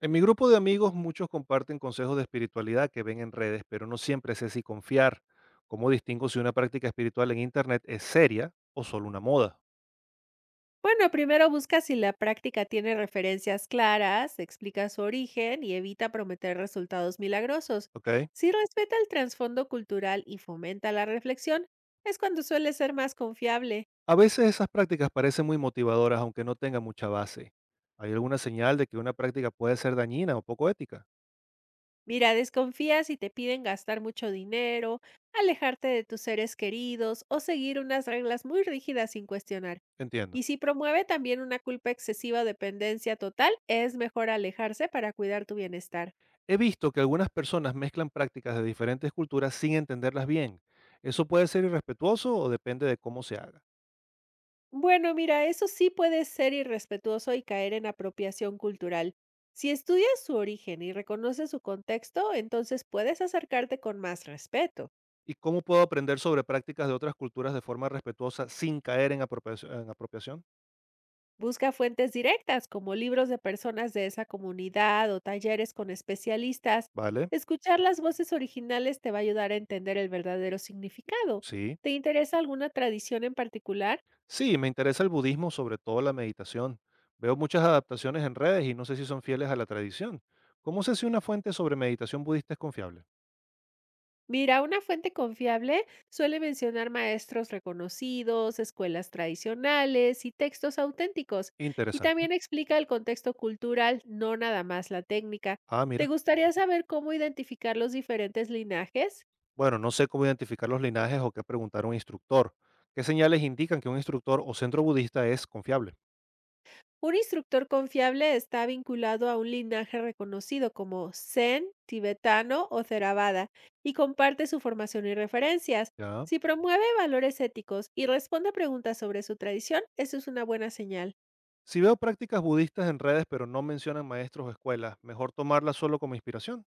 En mi grupo de amigos muchos comparten consejos de espiritualidad que ven en redes, pero no siempre sé si confiar. ¿Cómo distingo si una práctica espiritual en Internet es seria o solo una moda? Bueno, primero busca si la práctica tiene referencias claras, explica su origen y evita prometer resultados milagrosos. ¿Ok? Si respeta el trasfondo cultural y fomenta la reflexión, es cuando suele ser más confiable. A veces esas prácticas parecen muy motivadoras aunque no tengan mucha base. ¿Hay alguna señal de que una práctica puede ser dañina o poco ética? Mira, desconfía si te piden gastar mucho dinero, alejarte de tus seres queridos o seguir unas reglas muy rígidas sin cuestionar. Entiendo. Y si promueve también una culpa excesiva o dependencia total, es mejor alejarse para cuidar tu bienestar. He visto que algunas personas mezclan prácticas de diferentes culturas sin entenderlas bien. ¿Eso puede ser irrespetuoso o depende de cómo se haga? Bueno, mira, eso sí puede ser irrespetuoso y caer en apropiación cultural. Si estudias su origen y reconoces su contexto, entonces puedes acercarte con más respeto. ¿Y cómo puedo aprender sobre prácticas de otras culturas de forma respetuosa sin caer en apropiación? Busca fuentes directas, como libros de personas de esa comunidad o talleres con especialistas. Vale, Escuchar las voces originales te va a ayudar a entender el verdadero significado. sí. ¿Te interesa alguna tradición en particular? Sí, me interesa el budismo, sobre todo la meditación. Veo muchas adaptaciones en redes y no sé si son fieles a la tradición. ¿Cómo sé si una fuente sobre meditación budista es confiable? Mira, una fuente confiable suele mencionar maestros reconocidos, escuelas tradicionales y textos auténticos, y Interesante. también explica el contexto cultural, no nada más la técnica. Ah, mira. ¿Te gustaría saber cómo identificar los diferentes linajes? Bueno, no sé cómo identificar los linajes o qué preguntar a un instructor. ¿Qué señales indican que un instructor o centro budista es confiable? Un instructor confiable está vinculado a un linaje reconocido como Zen, tibetano o Theravada y comparte su formación y referencias. Ya. Si promueve valores éticos y responde a preguntas sobre su tradición, eso es una buena señal. Si veo prácticas budistas en redes pero no mencionan maestros o escuelas, ¿mejor tomarlas solo como inspiración?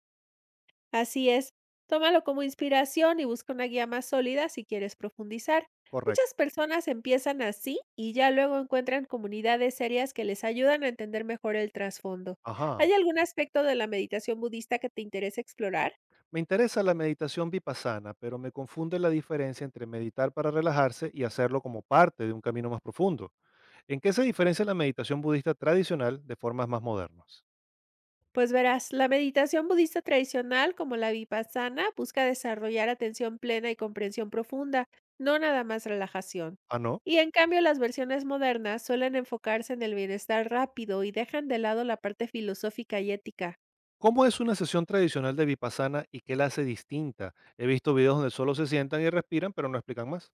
Así es, tómalo como inspiración y busca una guía más sólida si quieres profundizar. Muchas Correcto. personas empiezan así y ya luego encuentran comunidades serias que les ayudan a entender mejor el trasfondo. Ajá. ¿Hay algún aspecto de la meditación budista que te interese explorar? Me interesa la meditación vipassana, pero me confunde la diferencia entre meditar para relajarse y hacerlo como parte de un camino más profundo. ¿En qué se diferencia la meditación budista tradicional de formas más modernas? Pues verás, la meditación budista tradicional, como la vipassana, busca desarrollar atención plena y comprensión profunda, no nada más relajación. Ah, no. Y en cambio, las versiones modernas suelen enfocarse en el bienestar rápido y dejan de lado la parte filosófica y ética. ¿Cómo es una sesión tradicional de vipassana y qué la hace distinta? He visto videos donde solo se sientan y respiran, pero no explican más.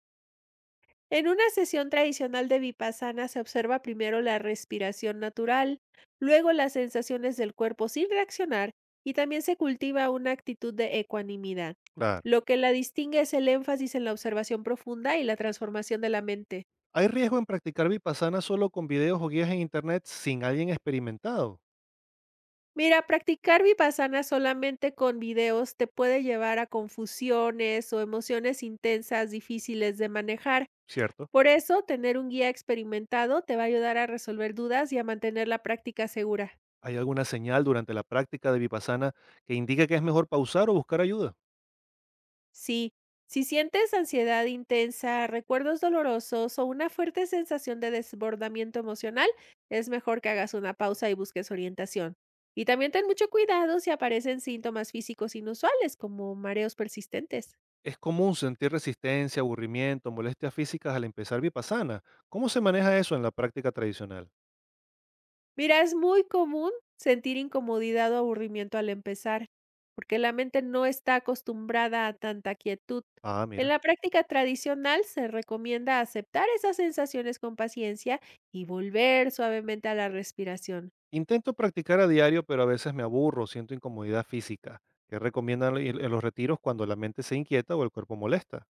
En una sesión tradicional de vipassana se observa primero la respiración natural, luego las sensaciones del cuerpo sin reaccionar y también se cultiva una actitud de ecuanimidad. Claro. Lo que la distingue es el énfasis en la observación profunda y la transformación de la mente. ¿Hay riesgo en practicar vipassana solo con videos o guías en internet sin alguien experimentado? Mira, practicar vipassana solamente con videos te puede llevar a confusiones o emociones intensas difíciles de manejar. ¿Cierto? Por eso, tener un guía experimentado te va a ayudar a resolver dudas y a mantener la práctica segura. ¿Hay alguna señal durante la práctica de Vipassana que indique que es mejor pausar o buscar ayuda? Sí, si sientes ansiedad intensa, recuerdos dolorosos o una fuerte sensación de desbordamiento emocional, es mejor que hagas una pausa y busques orientación. Y también ten mucho cuidado si aparecen síntomas físicos inusuales como mareos persistentes. Es común sentir resistencia, aburrimiento, molestias físicas al empezar Vipassana. ¿Cómo se maneja eso en la práctica tradicional? Mira, es muy común sentir incomodidad o aburrimiento al empezar, porque la mente no está acostumbrada a tanta quietud. Ah, En mira. la práctica tradicional se recomienda aceptar esas sensaciones con paciencia y volver suavemente a la respiración. Intento practicar a diario, pero a veces me aburro, siento incomodidad física. ¿Qué recomiendan en los retiros cuando la mente se inquieta o el cuerpo molesta?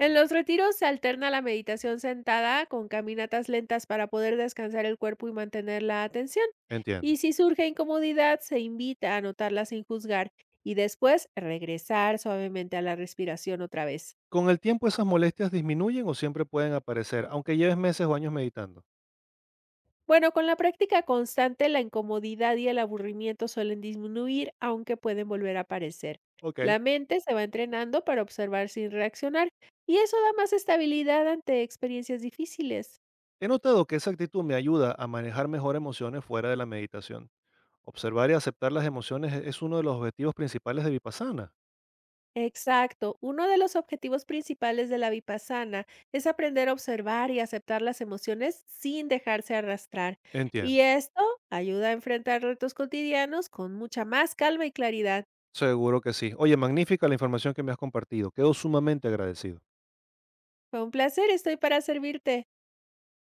En los retiros se alterna la meditación sentada con caminatas lentas para poder descansar el cuerpo y mantener la atención. Entiendo. Y si surge incomodidad, se invita a notarla sin juzgar y después regresar suavemente a la respiración otra vez. ¿Con el tiempo esas molestias disminuyen o siempre pueden aparecer, aunque lleves meses o años meditando? Bueno, con la práctica constante, la incomodidad y el aburrimiento suelen disminuir, aunque pueden volver a aparecer. Ok. La mente se va entrenando para observar sin reaccionar y eso da más estabilidad ante experiencias difíciles. He notado que esa actitud me ayuda a manejar mejor emociones fuera de la meditación. Observar y aceptar las emociones es uno de los objetivos principales de Vipassana. Exacto, uno de los objetivos principales de la vipassana es aprender a observar y aceptar las emociones sin dejarse arrastrar. Y Entiendo. esto ayuda a enfrentar retos cotidianos con mucha más calma y claridad. Seguro que sí. Oye, magnífica la información que me has compartido. Quedo sumamente agradecido. Fue un placer, estoy para servirte.